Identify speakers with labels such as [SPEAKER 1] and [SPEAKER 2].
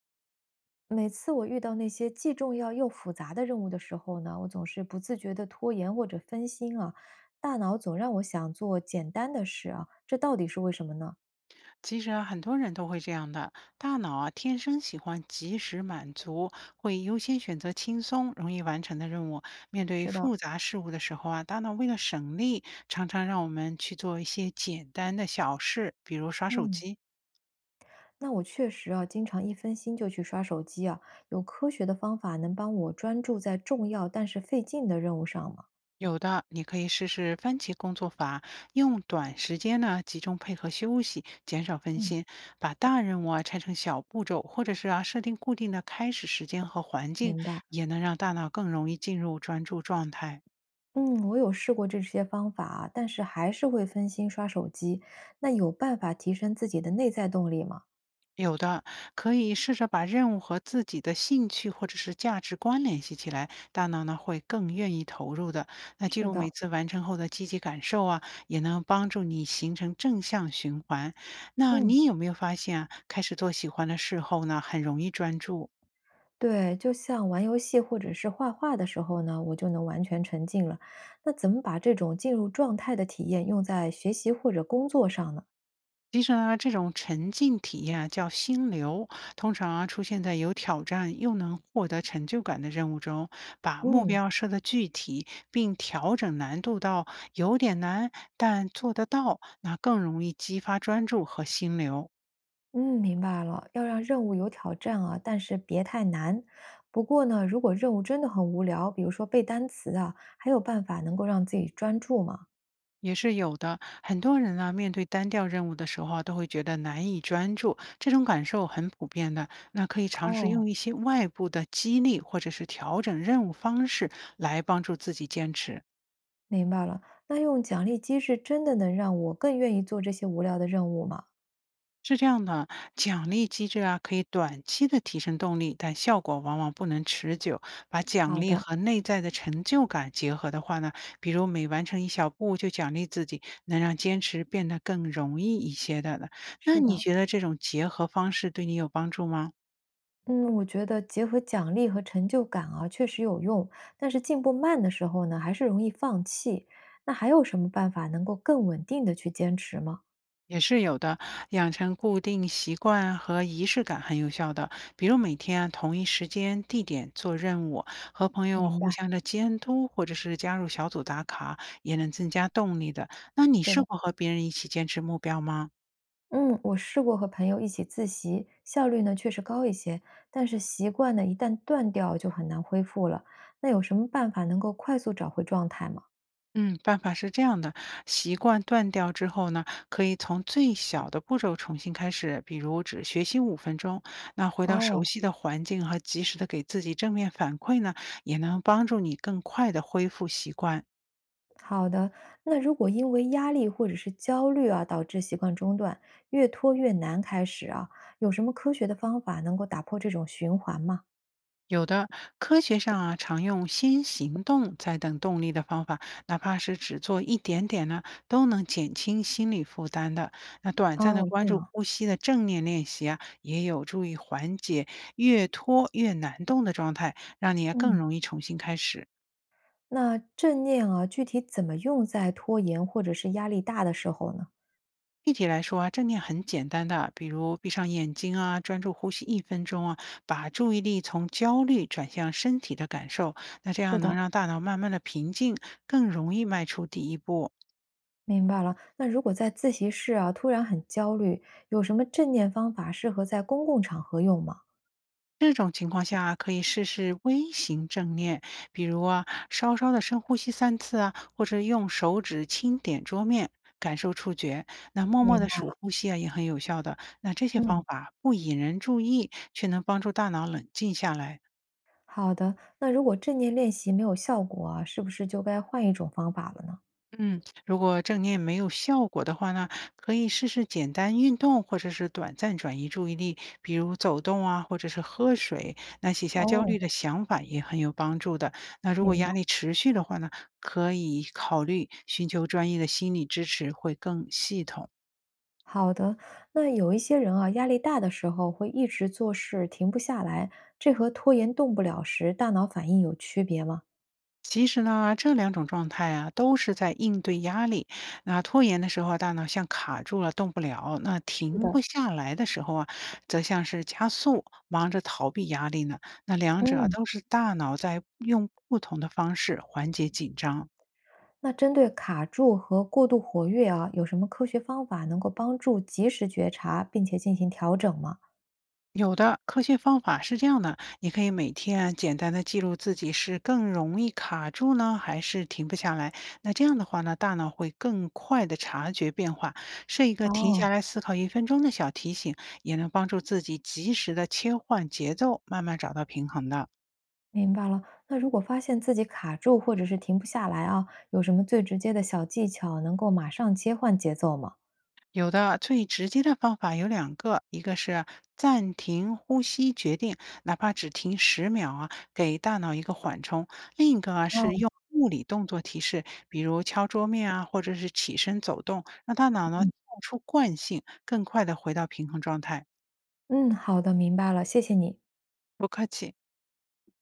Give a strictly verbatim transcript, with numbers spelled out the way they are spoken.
[SPEAKER 1] 每次我遇到那些既重要又复杂的任务的时候呢，我总是不自觉的拖延或者分心啊，大脑总让我想做简单的事啊，这到底是为什么呢？
[SPEAKER 2] 其实啊，很多人都会这样的。大脑啊，天生喜欢及时满足，会优先选择轻松、容易完成的任务。面对
[SPEAKER 1] 是的。
[SPEAKER 2] 复杂事物的时候啊，大脑为了省力，常常让我们去做一些简单的小事，比如刷手
[SPEAKER 1] 嗯。
[SPEAKER 2] 机。
[SPEAKER 1] 那我确实啊，经常一分心就去刷手机啊，有科学的方法能帮我专注在重要但是费劲的任务上吗？
[SPEAKER 2] 有的，你可以试试番茄工作法，用短时间呢集中配合休息，减少分
[SPEAKER 1] 嗯，
[SPEAKER 2] 心。把大任务啊拆成小步骤，或者是啊设定固定的开始时间和环境，
[SPEAKER 1] 明白。
[SPEAKER 2] 也能让大脑更容易进入专注状态。
[SPEAKER 1] 嗯，我有试过这些方法啊，但是还是会分心刷手机。那有办法提升自己的内在动力吗？
[SPEAKER 2] 有的，可以试着把任务和自己的兴趣或者是价值观联系起来，大脑呢会更愿意投入的。那记
[SPEAKER 1] 是
[SPEAKER 2] 录每
[SPEAKER 1] 的。
[SPEAKER 2] 次完成后的积极感受啊，也能帮助你形成正向循环。那
[SPEAKER 1] 嗯。
[SPEAKER 2] 你有没有发现啊，开始做喜欢的事后呢，很容易专注？
[SPEAKER 1] 对，就像玩游戏或者是画画的时候呢，我就能完全沉浸了。那怎么把这种进入状态的体验用在学习或者工作上呢？
[SPEAKER 2] 其实呢，这种沉浸体验啊叫心流，通常啊出现在有挑战又能获得成就感的任务中，把目
[SPEAKER 1] 嗯。
[SPEAKER 2] 标设得具体，并调整难度到有点难但做得到，那更容易激发专注和心流。
[SPEAKER 1] 嗯，明白了，要让任务有挑战啊，但是别太难。不过呢，如果任务真的很无聊，比如说背单词啊，还有办法能够让自己专注吗？
[SPEAKER 2] 也是有的，很多人呢面对单调任务的时候啊，都会觉得难以专注，这种感受很普遍的。那可以尝试
[SPEAKER 1] 哦，
[SPEAKER 2] 用一些外部的激励或者是调整任务方式来帮助自己坚持。
[SPEAKER 1] 明白了。那用奖励机制真的能让我更愿意做这些无聊的任务吗？
[SPEAKER 2] 是这样的，奖励机制啊，可以短期的提升动力，但效果往往不能持久。把奖
[SPEAKER 1] 好
[SPEAKER 2] 励
[SPEAKER 1] 的。
[SPEAKER 2] 和内在的成就感结合的话呢，比如每完成一小步就奖励自己，能让坚持变得更容易一些的了。那
[SPEAKER 1] 是
[SPEAKER 2] 你
[SPEAKER 1] 的。
[SPEAKER 2] 觉得这种结合方式对你有帮助吗？
[SPEAKER 1] 嗯，我觉得结合奖励和成就感啊，确实有用。但是进步慢的时候呢，还是容易放弃。那还有什么办法能够更稳定的去坚持吗？
[SPEAKER 2] 也是有的，养成固定习惯和仪式感很有效的。比如每天啊同一时间、地点做任务，和朋友
[SPEAKER 1] 明
[SPEAKER 2] 互
[SPEAKER 1] 白。
[SPEAKER 2] 相的监督，或者是加入小组打卡，也能增加动力的。那你
[SPEAKER 1] 是
[SPEAKER 2] 试
[SPEAKER 1] 的。
[SPEAKER 2] 过和别人一起坚持目标吗？
[SPEAKER 1] 嗯，我试过和朋友一起自习，效率呢确实高一些，但是习惯呢一旦断掉就很难恢复了。那有什么办法能够快速找回状态吗？
[SPEAKER 2] 嗯，办法是这样的：习惯断掉之后呢，可以从最小的步骤重新开始，比如只学习五分钟。那回到熟
[SPEAKER 1] 哦，
[SPEAKER 2] 悉的环境和及时的给自己正面反馈呢，也能帮助你更快的恢复习惯。
[SPEAKER 1] 好的。那如果因为压力或者是焦虑啊，导致习惯中断，越拖越难开始啊，有什么科学的方法能够打破这种循环吗？
[SPEAKER 2] 有的科学上啊，常用先行动再等动力的方法，哪怕是只做一点点呢，都能减轻心理负担的。那短暂的
[SPEAKER 1] 哦，
[SPEAKER 2] 关
[SPEAKER 1] 这
[SPEAKER 2] 注
[SPEAKER 1] 样。
[SPEAKER 2] 呼吸的正念练习啊，也有助于缓解越拖越难动的状态，让你啊更
[SPEAKER 1] 嗯。
[SPEAKER 2] 容易重新开始。
[SPEAKER 1] 那正念啊，具体怎么用在拖延或者是压力大的时候呢？
[SPEAKER 2] 具体来说啊，正念很简单的，比如闭上眼睛啊，专注呼吸一分钟啊，把注意力从焦虑转向身体的感受，那这样
[SPEAKER 1] 是
[SPEAKER 2] 能
[SPEAKER 1] 的，
[SPEAKER 2] 让大脑慢慢的平静，更容易迈出第一步。
[SPEAKER 1] 明白了。那如果在自习室啊，突然很焦虑，有什么正念方法适合在公共场合用吗？
[SPEAKER 2] 这种情况下啊可以试试微型正念，比如啊，稍稍的深呼吸三次啊，或者用手指轻点桌面，感受触觉。那默默
[SPEAKER 1] 明
[SPEAKER 2] 的
[SPEAKER 1] 白。
[SPEAKER 2] 数呼吸啊，也很有效的。那这些方
[SPEAKER 1] 嗯，
[SPEAKER 2] 法不引人注意，却能帮助大脑冷静下来。
[SPEAKER 1] 好的。那如果正念练习没有效果啊，是不是就该换一种方法了呢？
[SPEAKER 2] 嗯，如果正念没有效果的话呢，可以试试简单运动，或者是短暂转移注意力，比如走动啊，或者是喝水。那写下焦
[SPEAKER 1] 哦，
[SPEAKER 2] 虑的想法也很有帮助的。那如果
[SPEAKER 1] 明白，
[SPEAKER 2] 压力持续的话呢，可以考虑寻求专业的心理支持，会更系统。
[SPEAKER 1] 好的。那有一些人啊，压力大的时候会一直做事停不下来，这和拖延动不了时大脑反应有区别吗？
[SPEAKER 2] 其实呢，这两种状态啊，都是在应对压力。那拖延的时候，大脑像卡住了，动不了；那
[SPEAKER 1] 是
[SPEAKER 2] 停不
[SPEAKER 1] 的。
[SPEAKER 2] 下来的时候啊，则像是加速，忙着逃避压力呢。那两者啊
[SPEAKER 1] 嗯。
[SPEAKER 2] 都是大脑在用不同的方式缓解紧张。
[SPEAKER 1] 那针对卡住和过度活跃啊，有什么科学方法能够帮助及时觉察并且进行调整吗？
[SPEAKER 2] 有的科学方法是这样的，你可以每天简单的记录自己是更容易卡住呢，还是停不下来。那这样的话呢，大脑会更快的察觉变化。设一个停
[SPEAKER 1] 哦，
[SPEAKER 2] 下来思考一分钟的小提醒，也能帮助自己及时的切换节奏，慢慢找到平衡的。
[SPEAKER 1] 明白了。那如果发现自己卡住或者是停不下来啊，有什么最直接的小技巧能够马上切换节奏吗？
[SPEAKER 2] 有的最直接的方法有两个，一个是暂停呼吸决定，哪怕只停十秒啊，给大脑一个缓冲；另一个啊
[SPEAKER 1] 哦。
[SPEAKER 2] 是用物理动作提示，比如敲桌面啊，或者是起身走动，让大脑呢
[SPEAKER 1] 嗯。
[SPEAKER 2] 跳出惯性，更快的回到平衡状态。
[SPEAKER 1] 嗯，好的，明白了，谢谢你。
[SPEAKER 2] 不客气。